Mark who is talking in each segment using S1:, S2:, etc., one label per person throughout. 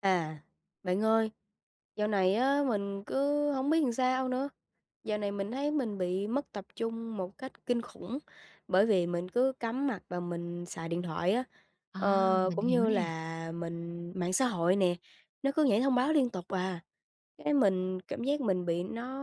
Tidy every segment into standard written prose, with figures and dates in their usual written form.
S1: À, bạn ơi, dạo này á, mình cứ không biết làm sao nữa. Dạo này mình thấy mình bị mất tập trung một cách kinh khủng, bởi vì mình cứ cắm mặt và mình xài điện thoại á.
S2: À,
S1: Ờ,
S2: mình
S1: cũng
S2: hiểu
S1: như
S2: nè.
S1: là mình mạng xã hội nè, nó cứ nhảy thông báo liên tục à. Cái mình cảm giác mình bị nó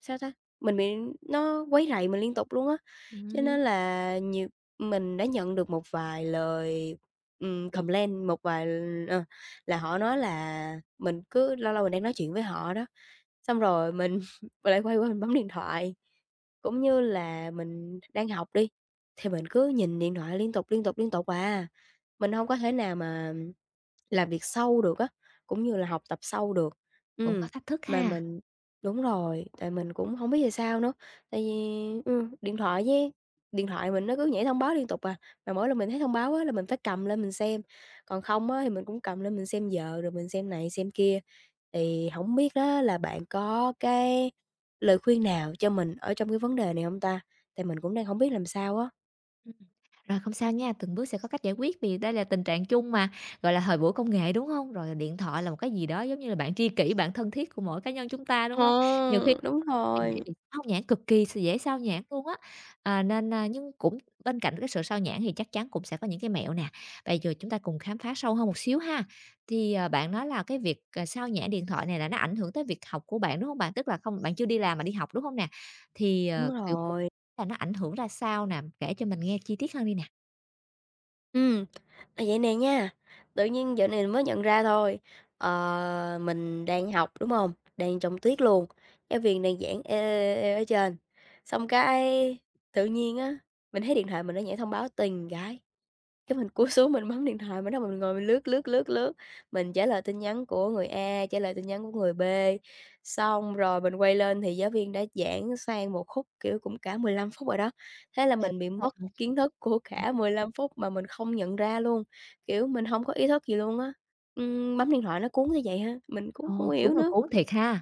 S1: sao ta? Mình bị nó quấy rầy mình liên tục luôn á. Cho nên
S2: Ừm,
S1: là nhiều mình đã nhận được một vài lời, complaint, một vài ờ, là họ nói là mình cứ lâu lâu mình đang nói chuyện với họ đó, xong rồi mình và lại quay qua mình bấm điện thoại. Cũng như là mình đang học đi, thì mình cứ nhìn điện thoại liên tục, liên tục, liên tục à. Mình hông có thể nào mà làm việc sâu được á, cũng như là học tập sâu được.
S2: Cũng
S1: Ừm,
S2: có thách thức
S1: mà
S2: ha.
S1: mình đúng rồi, tại mình cũng hông biết vì sao nữa, tại vì, điện thoại với điện thoại mình nó cứ nhảy thông báo liên tục à, mà mỗi lần mình thấy thông báo á là mình phải cầm lên mình xem, còn không á thì mình cũng cầm lên mình xem giờ rồi mình xem này xem kia. Thì hổng biết đó là bạn có cái lời khuyên nào cho mình ở trong cái vấn đề này hông ta? Tại mình cũng đang hổng biết làm sao á.
S2: Rồi, không sao nha, từng bước sẽ có cách giải quyết vì đây là tình trạng chung mà, gọi là, thời buổi công nghệ, đúng không? Rồi điện thoại là một cái gì đó giống như là bạn tri kỷ, bạn thân thiết của mỗi cá nhân chúng ta, đúng
S1: Ồ,
S2: không? Nhiều khi
S1: đúng
S2: dễ
S1: rồi.
S2: bị sao nhãng, cực kỳ dễ sao nhãng luôn á. À, nên, a nhưng cũng bên cạnh cái sự sao nhãng thì chắc chắn cũng sẽ có những cái mẹo nè. Bây giờ chúng ta cùng khám phá sâu hơn một xíu ha. Thì, bạn nói là cái việc, sao nhãng điện thoại này là nó ảnh hưởng tới việc học của bạn, đúng không bạn? Tức là không bạn chưa đi làm mà đi học, đúng không nè? Thì,
S1: Đúng
S2: kiểu,
S1: rồi.
S2: là nó ảnh hưởng ra sao nè? Kể cho mình nghe chi tiết hơn đi nè.
S1: Ừm, à, vậy nè nha, tự nhiên dạo này mới nhận ra thôi. Ờ, mình đang học, đúng hông? Đang trong tiết luôn, giáo viên đang giảng ê, ê, ê, ê ở trên, xong cái tự nhiên á, mình thấy điện thoại mình nó nhảy thông báo, tiền cái. Cái mình cúi xuống mình bấm điện thoại, mình bắt đầu mình ngồi mình lướt, lướt, lướt, lướt, mình trả lời tin nhắn của người A, trả lời tin nhắn của người B. Xong rồi mình quay lên thì giáo viên đã giảng sang một khúc, kiểu, cũng cả 15 phút rồi đó, thế là
S2: Là
S1: mình bị
S2: phải,
S1: mất kiến thức của cả 15 phút mà mình không nhận ra luôn, kiểu, mình hông có ý thức gì luôn á. Bấm điện thoại nó cuốn tới vậy ha, mình cũng
S2: ờ,
S1: hông hiểu
S2: đúng là
S1: nữa.
S2: cuốn thiệt ha.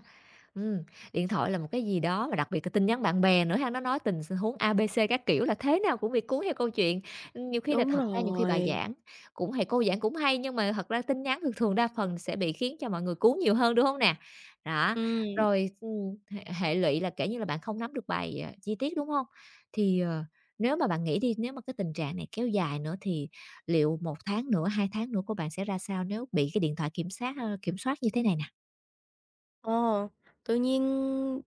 S2: Ừm, Điện thoại là một cái gì đó và đặc biệt là tin nhắn bạn bè nữa ha, nó nói tình huống A, B, C các kiểu là thế nào cũng bị cuốn theo câu chuyện. Nhiều khi là
S1: Đúng
S2: thật ra nhiều khi bài
S1: rồi,
S2: giảng cũng thầy cô giảng cũng hay, nhưng mà thật ra tin nhắn thường thường đa phần sẽ bị khiến cho mọi người cuốn nhiều hơn, đúng không nè? Đó,
S1: ừm.
S2: rồi, hệ hệ lụy là, kể như là, bạn không nắm được bài, chi tiết, đúng không? Thì, nếu mà bạn nghĩ đi, nếu mà cái tình trạng này kéo dài nữa thì liệu 1 tháng nữa, 2 tháng nữa của bạn sẽ ra sao nếu bị cái điện thoại kiểm soát như thế này nè?
S1: Ồ, tự nhiên,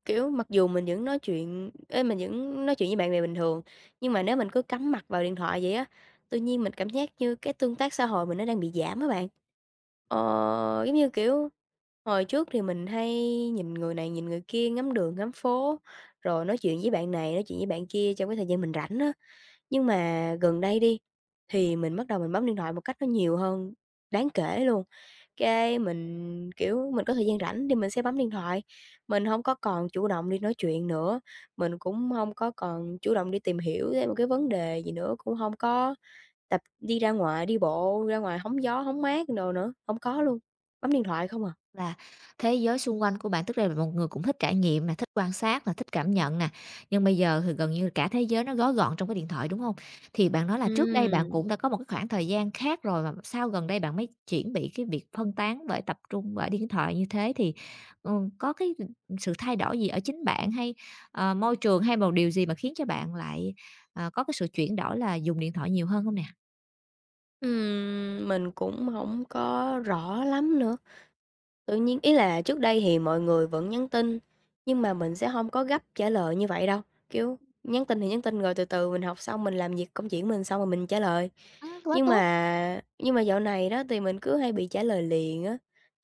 S1: kiểu, mặc dù mình vẫn nói chuyện mình vẫn nói chuyện với bạn bè bình thường, nhưng mà nếu mình cứ cắm mặt vào điện thoại vậy á, tự nhiên mình cảm giác như cái tương tác xã hội mình nó đang bị giảm á bạn. Ờ, giống như, kiểu, hồi trước thì mình hay nhìn người này nhìn người kia, ngắm đường ngắm phố, rồi nói chuyện với bạn này, nói chuyện với bạn kia trong cái thời gian mình rảnh á. Nhưng mà gần đây đi, thì mình bắt đầu mình bấm điện thoại một cách nó nhiều hơn đáng kể luôn. Cái mình, kiểu, mình có thời gian rảnh thì mình sẽ bấm điện thoại, mình không có còn chủ động đi nói chuyện nữa, mình cũng không có còn chủ động đi tìm hiểu thêm một cái vấn đề gì nữa, cũng không có tập đi ra ngoài, đi bộ ra ngoài hóng gió, hóng mát đồ nữa, hông có luôn, bấm điện thoại không à.
S2: Là thế giới xung quanh của bạn, tức là một người cũng thích trải nghiệm nè, thích quan sát nè, thích cảm nhận nè, nhưng bây giờ thì gần như cả thế giới nó gói gọn trong cái điện thoại, đúng không? Thì bạn nói là trước đây bạn
S1: Ừm,
S2: cũng đã có một cái khoảng thời gian khác rồi, mà sao gần đây bạn mới chuyển bị cái việc phân tán bởi tập trung bởi điện thoại như thế thì, có cái, sự thay đổi gì ở chính bạn hay, môi trường hay một điều gì mà khiến cho bạn lại, có cái sự chuyển đổi là dùng điện thoại nhiều hơn không nè?
S1: mình cũng hổng có rõ lắm nữa. Tự nhiên, ý là trước đây thì mọi người vẫn nhắn tin, nhưng mà mình sẽ hông có gấp trả lời như vậy đâu, kiểu, nhắn tin thì nhắn tin rồi từ từ mình học xong mình làm việc công chuyện của mình xong rồi mình trả lời.
S2: Quá
S1: Nhưng
S2: tốt,
S1: mà nhưng mà dạo này đó thì mình cứ hay bị trả lời liền á,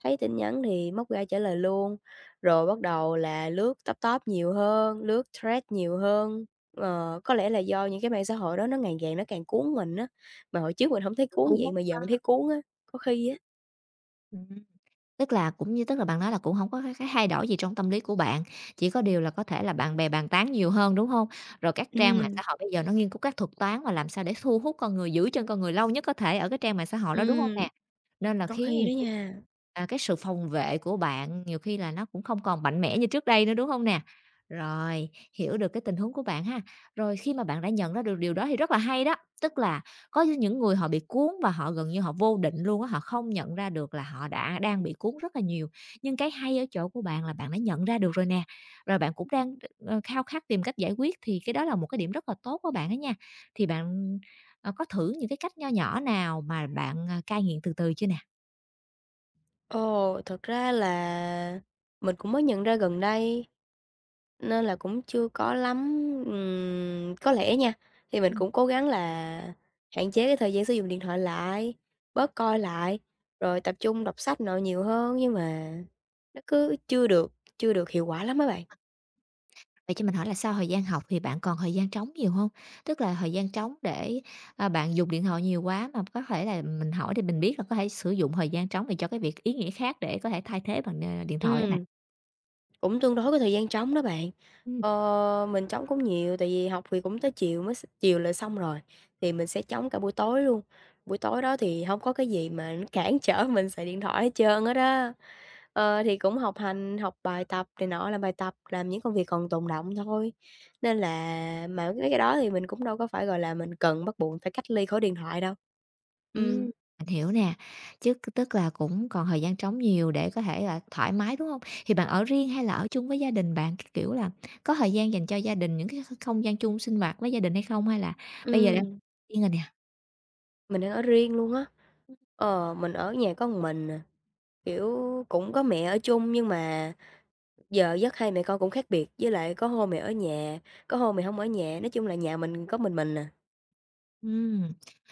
S1: thấy tin nhắn thì móc ra trả lời luôn, rồi bắt đầu là lướt TikTok nhiều hơn, lướt thread nhiều hơn. Ờ, có lẽ là do những cái mạng xã hội đó nó ngày càng cuốn mình á, mà hồi trước mình hổng thấy cuốn
S2: cũng
S1: vậy
S2: hông
S1: mà giờ mình
S2: ha.
S1: thấy cuốn á.
S2: Tức là cũng như tức là bạn nói là cũng không có cái thay đổi gì trong tâm lý của bạn, chỉ có điều là có thể là bạn bè bàn tán nhiều hơn, đúng không? Rồi các trang mạng
S1: Ừm,
S2: xã hội bây giờ nó nghiên cứu các thuật toán mà làm sao để thu hút con người, giữ chân con người lâu nhất có thể ở cái trang mạng xã hội đó, đúng không
S1: ừm.
S2: nè? Nên là
S1: Có
S2: khiến
S1: khi đó
S2: nhiều khi,
S1: nha.
S2: cái sự phòng vệ của bạn nhiều khi là nó cũng không còn mạnh mẽ như trước đây nữa, đúng không nè? Rồi, hiểu được cái tình huống của bạn ha. Rồi khi mà bạn đã nhận ra được điều đó thì rất là hay đó, tức là có những người họ bị cuốn và họ gần như họ vô định luôn á, họ không nhận ra được là họ đã đang bị cuốn rất là nhiều. Nhưng cái hay ở chỗ của bạn là bạn đã nhận ra được rồi nè, rồi bạn cũng đang, khao khát tìm cách giải quyết thì cái đó là một cái điểm rất là tốt của bạn á nha. Thì bạn, có thử những cái cách nho nhỏ nào mà bạn, cai nghiện từ từ chưa nè?
S1: Ồ, thật ra là mình cũng mới nhận ra gần đây, nên là cũng chưa có lắm. Có lẽ nha, thì mình cũng cố gắng là hạn chế cái thời gian sử dụng điện thoại lại, bớt coi lại, rồi tập trung đọc sách nọ nhiều hơn, nhưng mà nó cứ chưa được hiệu quả lắm mấy bạn.
S2: À. Vậy cho mình hỏi là sau thời gian học thì bạn còn thời gian trống nhiều hông? Tức là thời gian trống để, bạn dùng điện thoại nhiều quá mà có thể là mình hỏi thì mình biết là có thể sử dụng thời gian trống này cho cái việc ý nghĩa khác để có thể thay thế bằng, điện thoại á bạn.
S1: Ừm. Cũng tương đối cái thời gian trống đó bạn.
S2: Ừm,
S1: Ờ, mình trống cũng nhiều, tại vì học thì cũng tới chiều mới s chiều là xong rồi, thì mình sẽ trống cả buổi tối luôn. Buổi tối đó thì không có cái gì mà nó cản trở mình xài điện thoại hết trơn hết á. Ờ, thì cũng học hành, học bài tập này nọ, làm bài tập, làm những công việc còn tồn động thôi. Nên là mà mấy cái đó thì mình cũng đâu có phải, gọi là, mình cần bắt buộc phải cách ly khỏi điện thoại đâu.
S2: ừm,
S1: Ừm,
S2: mình hiểu nè, chứ tức là cũng còn thời gian trống nhiều để có thể là thoải mái, đúng hông? Thì bạn ở riêng hay là ở chung với gia đình bạn? Cái kiểu là có thời gian dành cho gia đình, những cái không gian chung sinh hoạt với gia đình hay không? Hay là bây giờ đang
S1: ừm,
S2: riêng rồi nè?
S1: mình đang ở riêng luôn á. Ờ, mình ở nhà có một mình à. Kiểu, cũng có mẹ ở chung nhưng mà giờ giấc hai mẹ con cũng khác biệt, với lại có hôm mẹ ở nhà, có hôm mẹ hông ở nhà, nói chung là nhà mình có mình à.
S2: Ừm,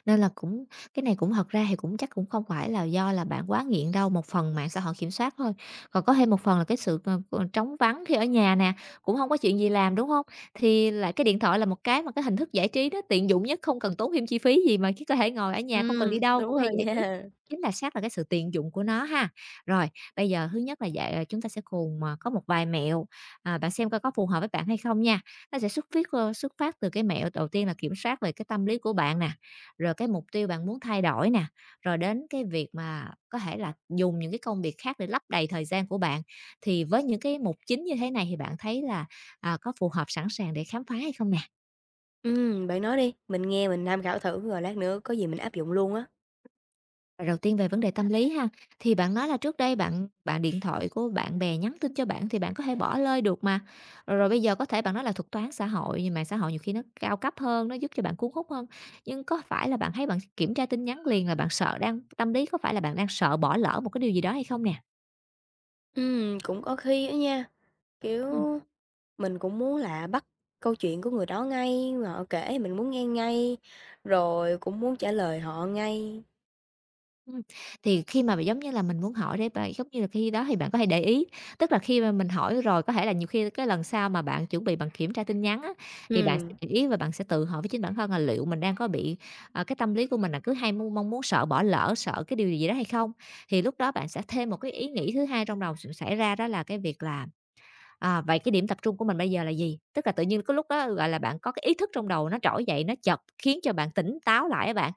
S2: Nên là cũng cái này cũng thật ra thì cũng chắc cũng không phải là do là bạn quá nghiện đâu, một phần mạng xã hội kiểm soát thôi, còn có thêm một phần là cái sự, trống vắng khi ở nhà nè, cũng không có chuyện gì làm, đúng không? Thì lại cái điện thoại là một cái mà cái hình thức giải trí đó tiện dụng nhất, không cần tốn thêm chi phí gì mà chỉ có thể ngồi ở nhà không cần đi
S1: Ừm.
S2: đâu
S1: Đúng
S2: cũng hay
S1: rồi
S2: giải trí,
S1: nha.
S2: chính là xác là cái sự tiện dụng của nó ha. Rồi, bây giờ thứ nhất là dạ, chúng ta sẽ cùng, có một vài mẹo, bạn xem coi có phù hợp với bạn hay không nha. Nó sẽ xuất phát từ cái mẹo đầu tiên là kiểm soát về cái tâm lý của bạn nè, rồi cái mục tiêu bạn muốn thay đổi nè, rồi đến cái việc mà có thể là dùng những cái công việc khác để lấp đầy thời gian của bạn. Thì với những cái mục chính như thế này thì bạn thấy là, có phù hợp sẵn sàng để khám phá hay không nè?
S1: Bạn nói đi, mình nghe mình tham khảo thử rồi lát nữa có gì mình áp dụng luôn á.
S2: Đầu tiên về vấn đề tâm lý ha, thì bạn nói là trước đây bạn bạn điện thoại của bạn bè nhắn tin cho bạn thì bạn có thể bỏ lơi được mà. Rồi rồi bây giờ có thể bạn nói là thuật toán xã hội, nhưng mạng xã hội nhiều khi nó cao cấp hơn, nó giúp cho bạn cuốn hút hơn. Nhưng có phải là bạn thấy bạn kiểm tra tin nhắn liền là bạn sợ đang tâm lý có phải là bạn đang sợ bỏ lỡ một cái điều gì đó hay không nè?
S1: Cũng có khi á nha, kiểu, mình cũng muốn là bắt câu chuyện của người đó ngay, mà họ kể mình muốn nghe ngay, rồi cũng muốn trả lời họ ngay.
S2: Ừm, thì khi mà giống như là mình muốn hỏi để bạn giống như là khi đó thì bạn có thể để ý, tức là khi mà mình hỏi rồi có thể là nhiều khi cái lần sau mà bạn chuẩn bị bạn kiểm tra tin nhắn á, thì bạn sẽ
S1: Ừm,
S2: để ý và bạn sẽ tự hỏi với chính bản thân là liệu mình đang có bị, cái tâm lý của mình là cứ hay mong mong muốn sợ bỏ lỡ, sợ cái điều gì đó hay không? Thì lúc đó bạn sẽ thêm một cái ý nghĩ thứ hai trong đầu xảy ra đó là cái việc là à, vậy cái điểm tập trung của mình bây giờ là gì? Tức là tự nhiên có lúc đó, gọi là, bạn có cái ý thức trong đầu nó trỗi dậy, nó chợt khiến cho bạn tỉnh táo lại á bạn,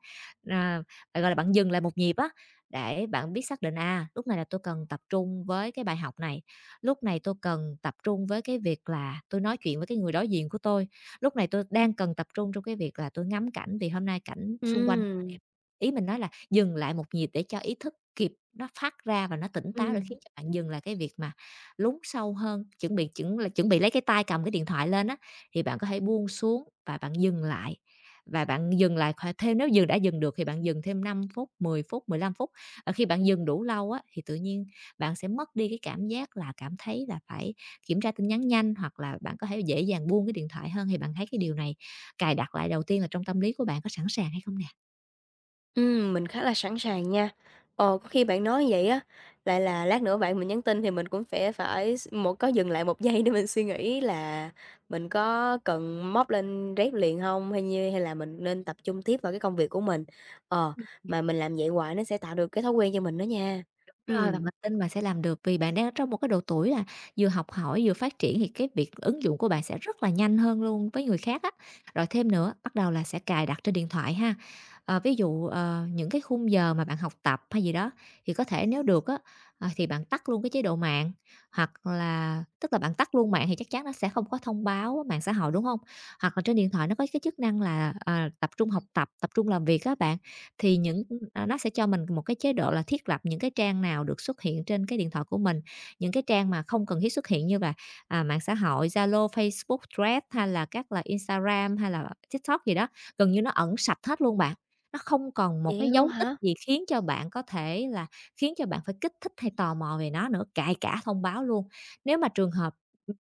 S2: à, gọi là, bạn dừng lại một nhịp á, để bạn biết xác định, lúc này là tôi cần tập trung với cái bài học này, lúc này tôi cần tập trung với cái việc là tôi nói chuyện với cái người đối diện của tôi, lúc này tôi đang cần tập trung trong cái việc là tôi ngắm cảnh vì hôm nay cảnh xung quanh
S1: ừm,
S2: đẹp. Ý mình nói là dừng lại một nhịp để cho ý thức kịp nó phát ra và nó tỉnh táo để
S1: ừm.
S2: khiến cho bạn dừng lại cái việc mà lún sâu hơn, chuẩn bị lấy cái tay cầm cái điện thoại lên á, thì bạn có thể buông xuống và bạn dừng lại, và bạn dừng lại khoảng thêm nếu dừng đã dừng được thì bạn dừng thêm 5 phút, 10 phút, 15 phút. Khi bạn dừng đủ lâu á, thì tự nhiên bạn sẽ mất đi cái cảm giác là cảm thấy là phải kiểm tra tin nhắn nhanh, hoặc là bạn có thể dễ dàng buông cái điện thoại hơn, thì bạn thấy cái điều này cài đặt lại đầu tiên là trong tâm lý của bạn có sẵn sàng hay không nè?
S1: Mình khá là sẵn sàng nha. Ờ, có khi bạn nói vậy á, lại là lát nữa bạn mình nhắn tin thì mình cũng phải phải s một có dừng lại một giây để mình suy nghĩ là mình có cần móc lên dép liền không hay là mình nên tập trung tiếp vào cái công việc của mình. Ờ, mà mình làm vậy hoài nó sẽ tạo được cái thói quen cho mình đó nha.
S2: Đúng rồi,
S1: Ừ
S2: và mình tin bạn sẽ làm được vì bạn đang ở trong một cái độ tuổi là vừa học hỏi, vừa phát triển thì cái việc ứng dụng của bạn sẽ rất là nhanh hơn luôn với người khác á. Rồi thêm nữa, bắt đầu là sẽ cài đặt trên điện thoại ha. Ví dụ, những cái khung giờ mà bạn học tập hay gì đó thì có thể nếu được á, thì bạn tắt luôn cái chế độ mạng, hoặc là tức là bạn tắt luôn mạng thì chắc chắn nó sẽ không có thông báo mạng xã hội, đúng không? Hoặc là trên điện thoại nó có cái chức năng là, à, tập trung học tập, tập trung làm việc á bạn, thì nó sẽ cho mình một cái chế độ là thiết lập những cái trang nào được xuất hiện trên cái điện thoại của mình. Những cái trang mà không cần thiết xuất hiện như là, à, mạng xã hội, Zalo, Facebook, Threads hay là các là Instagram hay là TikTok gì đó, gần như nó ẩn sạch hết luôn bạn. Nó không còn một
S1: Vậy
S2: cái
S1: luôn
S2: dấu tích
S1: hả?
S2: gì khiến cho bạn phải kích thích hay tò mò về nó nữa, cài cả thông báo luôn. Nếu mà trường hợp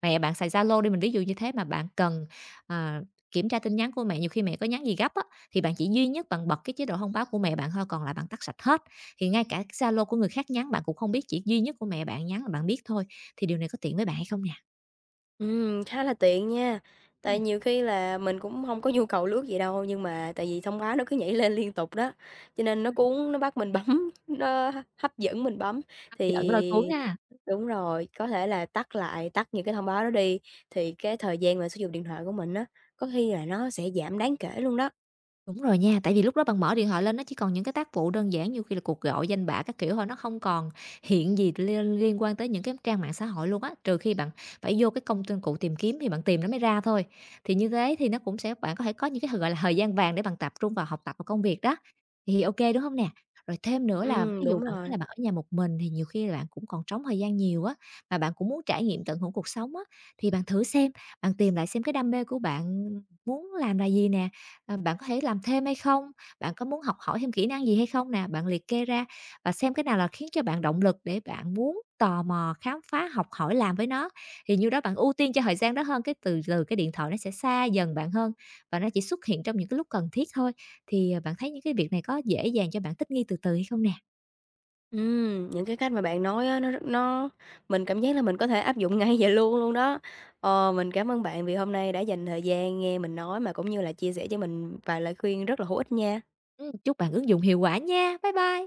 S2: mẹ bạn xài Zalo đi, mình ví dụ như thế mà bạn cần, ờ, kiểm tra tin nhắn của mẹ, nhiều khi mẹ có nhắn gì gấp á, thì bạn chỉ duy nhất bạn bật cái chế độ thông báo của mẹ bạn thôi, còn lại bạn tắt sạch hết. Thì ngay cả cái Zalo của người khác nhắn bạn cũng không biết, chỉ duy nhất của mẹ bạn nhắn là bạn biết thôi. Thì điều này có tiện với bạn hay không nè?
S1: Khá là tiện nha. Tại
S2: Ừm,
S1: nhiều khi là mình cũng không có nhu cầu lướt gì đâu, nhưng mà tại vì thông báo nó cứ nhảy lên liên tục đó, cho nên nó
S2: ưm,
S1: cuốn, nó bắt mình bấm, nó hấp dẫn mình bấm.
S2: hấp dẫn lôi cuốn
S1: Thì
S2: ha.
S1: đúng rồi, có thể là tắt lại, tắt những cái thông báo đó đi, thì cái thời gian mà sử dụng điện thoại của mình á, có khi là nó sẽ giảm đáng kể luôn đó.
S2: Đúng rồi nha, tại vì lúc đó bạn mở điện thoại lên nó chỉ còn những cái tác vụ đơn giản, nhiều khi là cuộc gọi, danh bạ các kiểu thôi, nó không còn hiện gì liên liên quan tới những cái trang mạng xã hội luôn á, trừ khi bạn phải vô cái công cụ tìm kiếm thì bạn tìm nó mới ra thôi. Thì như thế thì nó cũng sẽ bạn có thể có những cái, gọi là, thời gian vàng để bạn tập trung vào học tập và công việc đó, thì ok đúng không nè? Rồi thêm nữa là ví
S1: Đúng
S2: dụ bạn nói
S1: rồi.
S2: là bạn ở nhà một mình thì nhiều khi là bạn cũng còn trống thời gian nhiều á, mà bạn cũng muốn trải nghiệm tận hưởng cuộc sống á, thì bạn thử xem, bạn tìm lại xem cái đam mê của bạn muốn làm là gì nè. Bạn có thể làm thêm hay không? Bạn có muốn học hỏi thêm kỹ năng gì hay không nè? Bạn liệt kê ra và xem cái nào là khiến cho bạn động lực để bạn muốn tò mò, khám phá, học hỏi làm với nó. Thì như đó bạn ưu tiên cho thời gian đó hơn, cái từ từ cái điện thoại nó sẽ xa dần bạn hơn và nó chỉ xuất hiện trong những cái lúc cần thiết thôi. Thì, bạn thấy những cái việc này có dễ dàng cho bạn thích nghi từ từ hay không nè?
S1: Những cái cách mà bạn nói á, nó rất nó mình cảm giác là mình có thể áp dụng ngay vậy luôn luôn đó. Ờ, mình cảm ơn bạn vì hôm nay đã dành thời gian nghe mình nói mà cũng như là chia sẻ cho mình vài lời khuyên rất là hữu ích nha.
S2: Chúc bạn ứng dụng hiệu quả nha. Bye bye.